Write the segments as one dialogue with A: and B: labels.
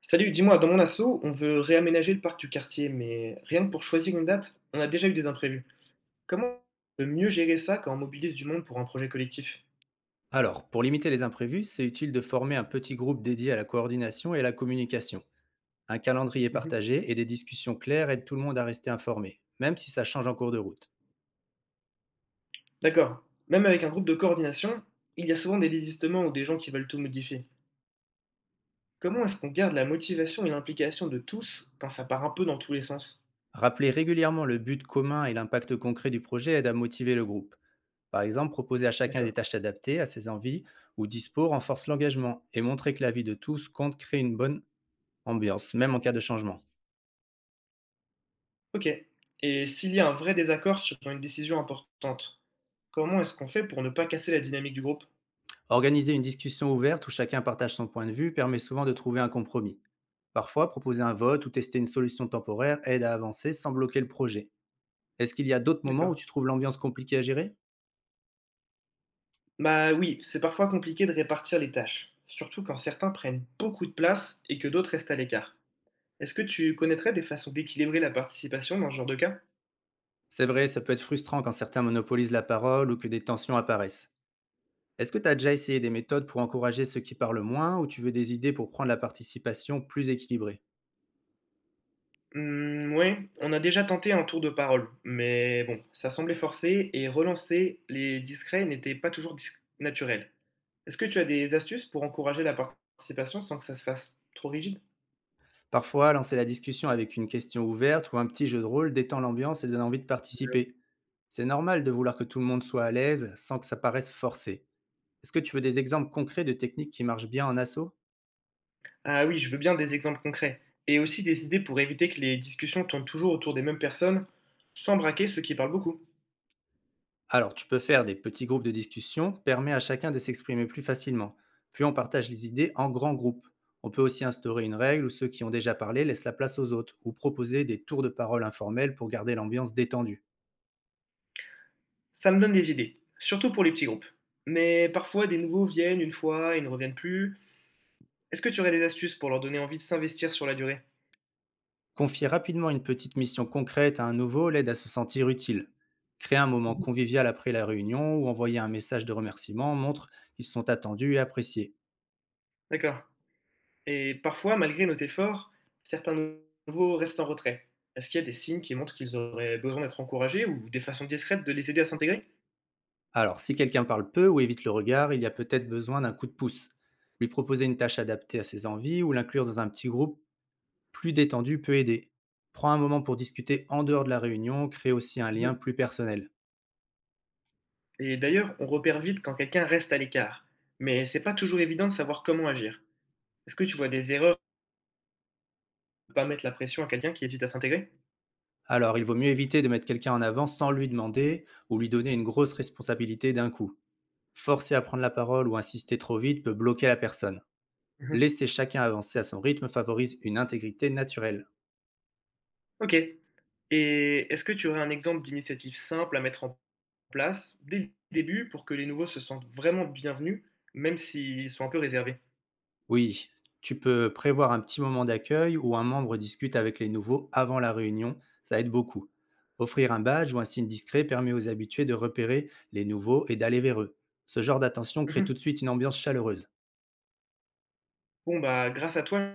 A: Salut, dis-moi, dans mon assaut, on veut réaménager le parc du quartier, mais rien que pour choisir une date, on a déjà eu des imprévus. Comment on peut mieux gérer ça quand on mobilise du monde pour un projet collectif?
B: Alors, pour limiter les imprévus, c'est utile de former un petit groupe dédié à la coordination et à la communication. Un calendrier
A: Mhm.
B: partagé et des discussions claires aident tout le monde à rester informé, même si ça change en cours de route.
A: D'accord. Même avec un groupe de coordination, il y a souvent des désistements ou des gens qui veulent tout modifier. Comment est-ce qu'on garde la motivation et l'implication de tous quand ça part un peu dans tous les sens?
B: Rappeler régulièrement le but commun et l'impact concret du projet aide à motiver le groupe. Par exemple, proposer à chacun des
A: D'accord.
B: tâches adaptées à ses envies ou dispo renforce l'engagement, et montrer que l'avis de tous compte crée une bonne ambiance, même en cas de changement.
A: Ok. Et s'il y a un vrai désaccord sur une décision importante, comment est-ce qu'on fait pour ne pas casser la dynamique du groupe?
B: Organiser une discussion ouverte où chacun partage son point de vue permet souvent de trouver un compromis. Parfois, proposer un vote ou tester une solution temporaire aide à avancer sans bloquer le projet. Est-ce qu'il y a d'autres moments où
A: D'accord.
B: tu trouves l'ambiance compliquée à gérer?
A: Bah oui, c'est parfois compliqué de répartir les tâches, surtout quand certains prennent beaucoup de place et que d'autres restent à l'écart. Est-ce que tu connaîtrais des façons d'équilibrer la participation dans ce genre de cas?
B: C'est vrai, ça peut être frustrant quand certains monopolisent la parole ou que des tensions apparaissent. Est-ce que tu as déjà essayé des méthodes pour encourager ceux qui parlent moins, ou tu veux des idées pour prendre la participation plus équilibrée?
A: Oui, on a déjà tenté un tour de parole, mais bon, ça semblait forcé et relancer les discrets n'était pas toujours naturel. Est-ce que tu as des astuces pour encourager la participation sans que ça se fasse trop rigide?
B: Parfois, lancer la discussion avec une question ouverte ou un petit jeu de rôle détend l'ambiance et donne envie de participer. C'est normal de vouloir que tout le monde soit à l'aise sans que ça paraisse forcé. Est-ce que tu veux des exemples concrets de techniques qui marchent bien en asso?
A: Ah oui, je veux bien des exemples concrets et aussi des idées pour éviter que les discussions tournent toujours autour des mêmes personnes sans braquer ceux qui parlent beaucoup.
B: Alors, tu peux faire des petits groupes de discussion, permet à chacun de s'exprimer plus facilement. Puis on partage les idées en grands groupes. On peut aussi instaurer une règle où ceux qui ont déjà parlé laissent la place aux autres, ou proposer des tours de parole informels pour garder l'ambiance détendue.
A: Ça me donne des idées, surtout pour les petits groupes. Mais parfois, des nouveaux viennent une fois et ne reviennent plus. Est-ce que tu aurais des astuces pour leur donner envie de s'investir sur la durée?
B: Confier rapidement une petite mission concrète à un nouveau l'aide à se sentir utile. Créer un moment
A: Mhm.
B: convivial après la réunion ou envoyer un message de remerciement montre qu'ils sont attendus et appréciés.
A: D'accord. Et parfois, malgré nos efforts, certains nouveaux restent en retrait. Est-ce qu'il y a des signes qui montrent qu'ils auraient besoin d'être encouragés ou des façons discrètes de les aider à s'intégrer?
B: Alors, si quelqu'un parle peu ou évite le regard, il y a peut-être besoin d'un coup de pouce. Lui proposer une tâche adaptée à ses envies ou l'inclure dans un petit groupe plus détendu peut aider. Prends un moment pour discuter en dehors de la réunion, crée aussi un lien
A: Mhm.
B: plus personnel.
A: Et d'ailleurs, on repère vite quand quelqu'un reste à l'écart. Mais c'est pas toujours évident de savoir comment agir. Est-ce que tu vois des erreurs de ne pas mettre la pression à quelqu'un qui hésite à s'intégrer?
B: Alors, il vaut mieux éviter de mettre quelqu'un en avant sans lui demander, ou lui donner une grosse responsabilité d'un coup. Forcer à prendre la parole ou insister trop vite peut bloquer la personne.
A: Mhm.
B: Laisser chacun avancer à son rythme favorise une intégrité naturelle.
A: OK. Et est-ce que tu aurais un exemple d'initiative simple à mettre en place dès le début pour que les nouveaux se sentent vraiment bienvenus, même s'ils sont un peu réservés?
B: Oui, tu peux prévoir un petit moment d'accueil où un membre discute avec les nouveaux avant la réunion, ça aide beaucoup. Offrir un badge ou un signe discret permet aux habitués de repérer les nouveaux et d'aller vers eux. Ce genre d'attention crée tout
A: Mmh.
B: de suite une ambiance chaleureuse.
A: Bon, bah, grâce à toi, je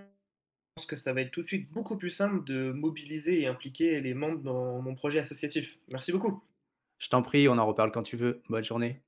A: pense que ça va être tout de suite beaucoup plus simple de mobiliser et impliquer les membres dans mon projet associatif. Merci beaucoup.
B: Je t'en prie, on en reparle quand tu veux. Bonne journée.